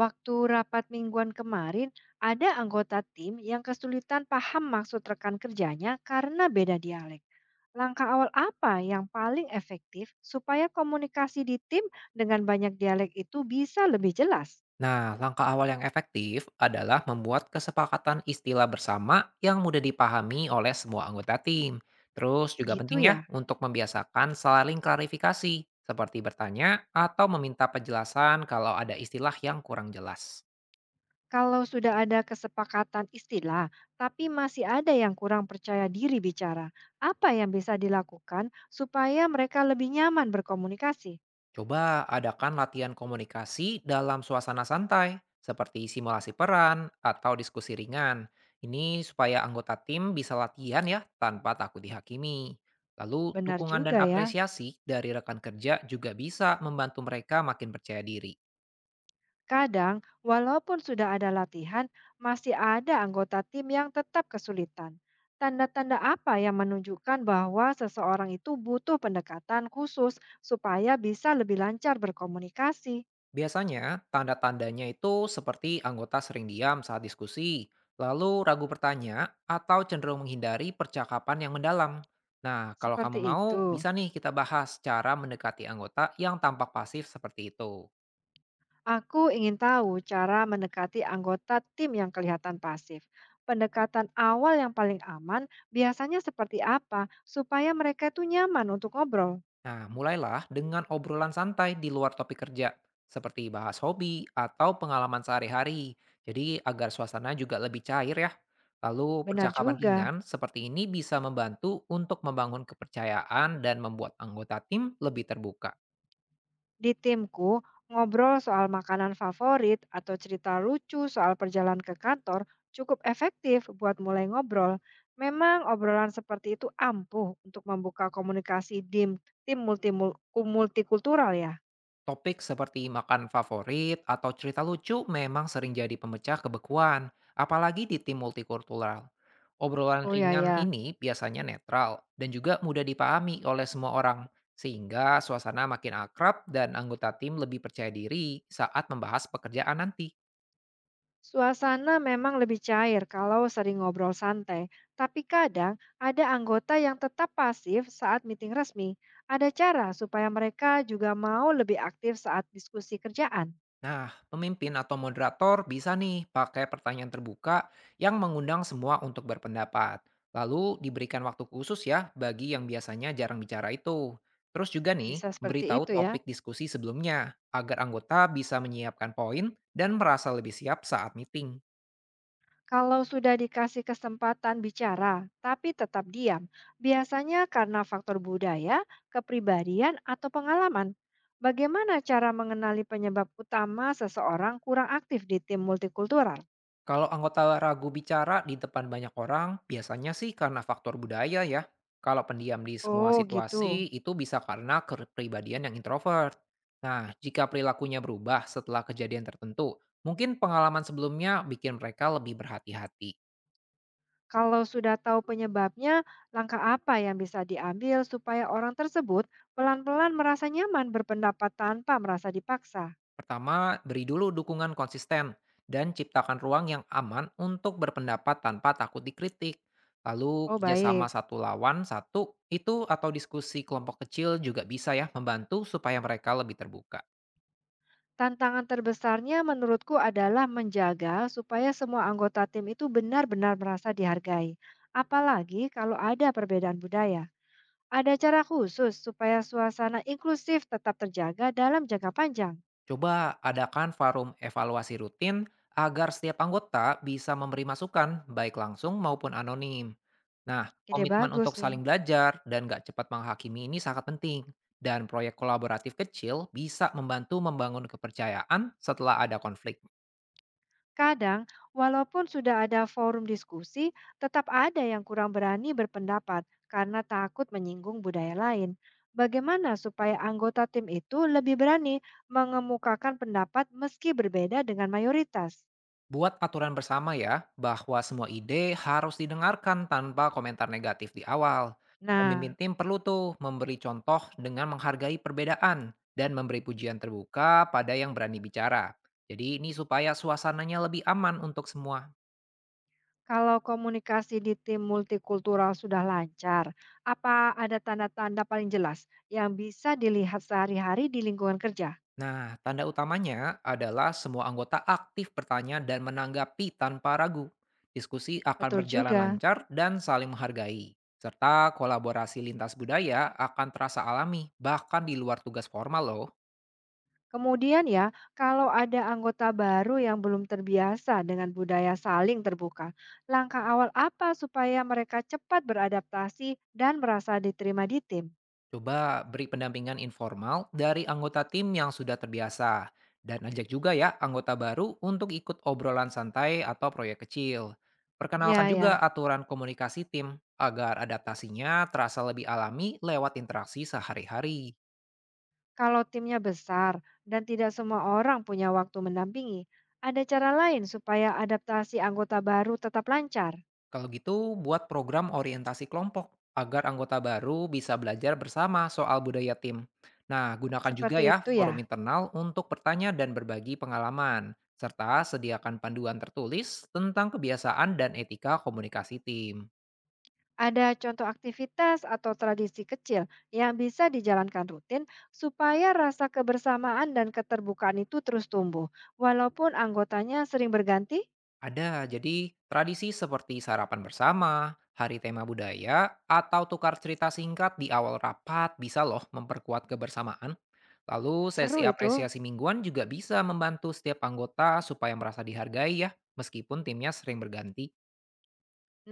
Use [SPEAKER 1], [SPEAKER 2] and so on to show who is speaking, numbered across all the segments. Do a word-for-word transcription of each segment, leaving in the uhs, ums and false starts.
[SPEAKER 1] Waktu rapat mingguan kemarin, ada anggota tim yang kesulitan paham maksud rekan kerjanya karena beda dialek. Langkah awal apa yang paling efektif supaya komunikasi di tim dengan banyak dialek itu bisa lebih jelas?
[SPEAKER 2] Nah, langkah awal yang efektif adalah membuat kesepakatan istilah bersama yang mudah dipahami oleh semua anggota tim. Terus juga
[SPEAKER 1] Gitu
[SPEAKER 2] penting ya
[SPEAKER 1] ya.
[SPEAKER 2] untuk membiasakan saling klarifikasi, seperti bertanya atau meminta penjelasan kalau ada istilah yang kurang jelas.
[SPEAKER 1] Kalau sudah ada kesepakatan istilah, tapi masih ada yang kurang percaya diri bicara, apa yang bisa dilakukan supaya mereka lebih nyaman berkomunikasi?
[SPEAKER 2] Coba adakan latihan komunikasi dalam suasana santai, seperti simulasi peran atau diskusi ringan. Ini supaya anggota tim bisa latihan ya tanpa takut dihakimi. Lalu
[SPEAKER 1] Benar
[SPEAKER 2] dukungan dan
[SPEAKER 1] juga ya.
[SPEAKER 2] apresiasi dari rekan kerja juga bisa membantu mereka makin percaya diri.
[SPEAKER 1] Kadang, walaupun sudah ada latihan, masih ada anggota tim yang tetap kesulitan. Tanda-tanda apa yang menunjukkan bahwa seseorang itu butuh pendekatan khusus supaya bisa lebih lancar berkomunikasi?
[SPEAKER 2] Biasanya, tanda-tandanya itu seperti anggota sering diam saat diskusi, lalu ragu bertanya, atau cenderung menghindari percakapan yang mendalam. Nah, kalau
[SPEAKER 1] Seperti
[SPEAKER 2] kamu mau,
[SPEAKER 1] itu.
[SPEAKER 2] bisa nih kita bahas cara mendekati anggota yang tampak pasif seperti itu.
[SPEAKER 1] Aku ingin tahu cara mendekati anggota tim yang kelihatan pasif. Pendekatan awal yang paling aman biasanya seperti apa supaya mereka itu nyaman untuk ngobrol?
[SPEAKER 2] Nah, mulailah dengan obrolan santai di luar topik kerja, seperti bahas hobi atau pengalaman sehari-hari. Jadi agar suasana juga lebih cair ya. Lalu
[SPEAKER 1] Benar
[SPEAKER 2] percakapan
[SPEAKER 1] juga.
[SPEAKER 2] ringan seperti ini bisa membantu untuk membangun kepercayaan dan membuat anggota tim lebih terbuka.
[SPEAKER 1] Di timku, ngobrol soal makanan favorit atau cerita lucu soal perjalanan ke kantor cukup efektif buat mulai ngobrol. Memang obrolan seperti itu ampuh untuk membuka komunikasi tim tim multimul- ku- multikultural ya.
[SPEAKER 2] Topik seperti makan favorit atau cerita lucu memang sering jadi pemecah kebekuan, apalagi di tim multikultural. Obrolan
[SPEAKER 1] Oh ya
[SPEAKER 2] ringan
[SPEAKER 1] ya.
[SPEAKER 2] ini biasanya netral dan juga mudah dipahami oleh semua orang, sehingga suasana makin akrab dan anggota tim lebih percaya diri saat membahas pekerjaan nanti.
[SPEAKER 1] Suasana memang lebih cair kalau sering ngobrol santai, tapi kadang ada anggota yang tetap pasif saat meeting resmi. Ada cara supaya mereka juga mau lebih aktif saat diskusi kerjaan.
[SPEAKER 2] Nah, pemimpin atau moderator bisa nih pakai pertanyaan terbuka yang mengundang semua untuk berpendapat. Lalu diberikan waktu khusus ya bagi yang biasanya jarang bicara itu. Terus juga nih,
[SPEAKER 1] Bisa seperti
[SPEAKER 2] beritahu
[SPEAKER 1] itu ya.
[SPEAKER 2] topik diskusi sebelumnya agar anggota bisa menyiapkan poin dan merasa lebih siap saat meeting.
[SPEAKER 1] Kalau sudah dikasih kesempatan bicara, tapi tetap diam, biasanya karena faktor budaya, kepribadian, atau pengalaman. Bagaimana cara mengenali penyebab utama seseorang kurang aktif di tim multikultural?
[SPEAKER 2] Kalau anggota ragu bicara di depan banyak orang, biasanya sih karena faktor budaya ya. Kalau pendiam di semua
[SPEAKER 1] Oh,
[SPEAKER 2] situasi,
[SPEAKER 1] gitu.
[SPEAKER 2] itu bisa karena kepribadian yang introvert. Nah, jika perilakunya berubah setelah kejadian tertentu, mungkin pengalaman sebelumnya bikin mereka lebih berhati-hati.
[SPEAKER 1] Kalau sudah tahu penyebabnya, langkah apa yang bisa diambil supaya orang tersebut pelan-pelan merasa nyaman berpendapat tanpa merasa dipaksa?
[SPEAKER 2] Pertama, beri dulu dukungan konsisten dan ciptakan ruang yang aman untuk berpendapat tanpa takut dikritik. Lalu
[SPEAKER 1] Oh,
[SPEAKER 2] kerjasama
[SPEAKER 1] baik.
[SPEAKER 2] satu lawan satu itu atau diskusi kelompok kecil juga bisa ya membantu supaya mereka lebih terbuka.
[SPEAKER 1] Tantangan terbesarnya menurutku adalah menjaga supaya semua anggota tim itu benar-benar merasa dihargai. Apalagi kalau ada perbedaan budaya. Ada cara khusus supaya suasana inklusif tetap terjaga dalam jangka panjang.
[SPEAKER 2] Coba adakan forum evaluasi rutin agar setiap anggota bisa memberi masukan, baik langsung maupun anonim. Nah,
[SPEAKER 1] Ide
[SPEAKER 2] komitmen untuk
[SPEAKER 1] bagus nih.
[SPEAKER 2] saling belajar dan gak cepat menghakimi ini sangat penting. Dan proyek kolaboratif kecil bisa membantu membangun kepercayaan setelah ada konflik.
[SPEAKER 1] Kadang, walaupun sudah ada forum diskusi, tetap ada yang kurang berani berpendapat karena takut menyinggung budaya lain. Bagaimana supaya anggota tim itu lebih berani mengemukakan pendapat meski berbeda dengan mayoritas?
[SPEAKER 2] Buat aturan bersama ya, bahwa semua ide harus didengarkan tanpa komentar negatif di awal. Pemimpin
[SPEAKER 1] Nah,
[SPEAKER 2] tim perlu tuh memberi contoh dengan menghargai perbedaan dan memberi pujian terbuka pada yang berani bicara. Jadi ini supaya suasananya lebih aman untuk semua.
[SPEAKER 1] kalau komunikasi di tim multikultural sudah lancar, apa ada tanda-tanda paling jelas yang bisa dilihat sehari-hari di lingkungan kerja?
[SPEAKER 2] Nah, tanda utamanya adalah semua anggota aktif bertanya dan menanggapi tanpa ragu. Diskusi akan
[SPEAKER 1] Betul
[SPEAKER 2] berjalan
[SPEAKER 1] juga.
[SPEAKER 2] lancar dan saling menghargai. Serta kolaborasi lintas budaya akan terasa alami, bahkan di luar tugas formal loh.
[SPEAKER 1] Kemudian ya, kalau ada anggota baru yang belum terbiasa dengan budaya saling terbuka, langkah awal apa supaya mereka cepat beradaptasi dan merasa diterima di tim?
[SPEAKER 2] Coba beri pendampingan informal dari anggota tim yang sudah terbiasa. Dan ajak juga ya anggota baru untuk ikut obrolan santai atau proyek kecil. Perkenalkan
[SPEAKER 1] Ya ya,
[SPEAKER 2] juga aturan komunikasi tim agar adaptasinya terasa lebih alami lewat interaksi sehari-hari.
[SPEAKER 1] kalau timnya besar dan tidak semua orang punya waktu mendampingi, ada cara lain supaya adaptasi anggota baru tetap lancar.
[SPEAKER 2] Kalau gitu, buat program orientasi kelompok agar anggota baru bisa belajar bersama soal budaya tim. Nah, gunakan juga
[SPEAKER 1] Seperti
[SPEAKER 2] ya
[SPEAKER 1] itu ya.
[SPEAKER 2] forum internal untuk bertanya dan berbagi pengalaman, serta sediakan panduan tertulis tentang kebiasaan dan etika komunikasi tim.
[SPEAKER 1] Ada contoh aktivitas atau tradisi kecil yang bisa dijalankan rutin supaya rasa kebersamaan dan keterbukaan itu terus tumbuh, walaupun anggotanya sering berganti.
[SPEAKER 2] Ada, jadi tradisi seperti sarapan bersama, hari tema budaya, atau tukar cerita singkat di awal rapat bisa loh memperkuat kebersamaan. Lalu sesi
[SPEAKER 1] Seru itu.
[SPEAKER 2] apresiasi mingguan juga bisa membantu setiap anggota supaya merasa dihargai ya, meskipun timnya sering berganti.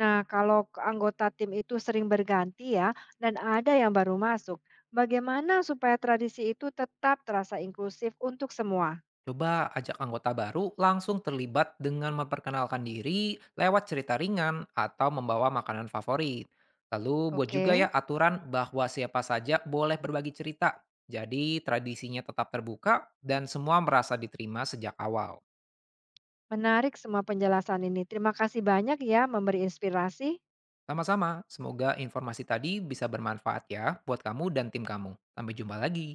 [SPEAKER 1] Nah, kalau ke- anggota tim itu sering berganti ya, dan ada yang baru masuk, bagaimana supaya tradisi itu tetap terasa inklusif untuk semua?
[SPEAKER 2] Coba ajak anggota baru langsung terlibat dengan memperkenalkan diri lewat cerita ringan atau membawa makanan favorit. Lalu buat
[SPEAKER 1] Oke,
[SPEAKER 2] juga ya aturan bahwa siapa saja boleh berbagi cerita. Jadi tradisinya tetap terbuka dan semua merasa diterima sejak awal.
[SPEAKER 1] menarik semua penjelasan ini. Terima kasih banyak ya memberi inspirasi.
[SPEAKER 2] Sama-sama, semoga informasi tadi bisa bermanfaat ya buat kamu dan tim kamu. Sampai jumpa lagi.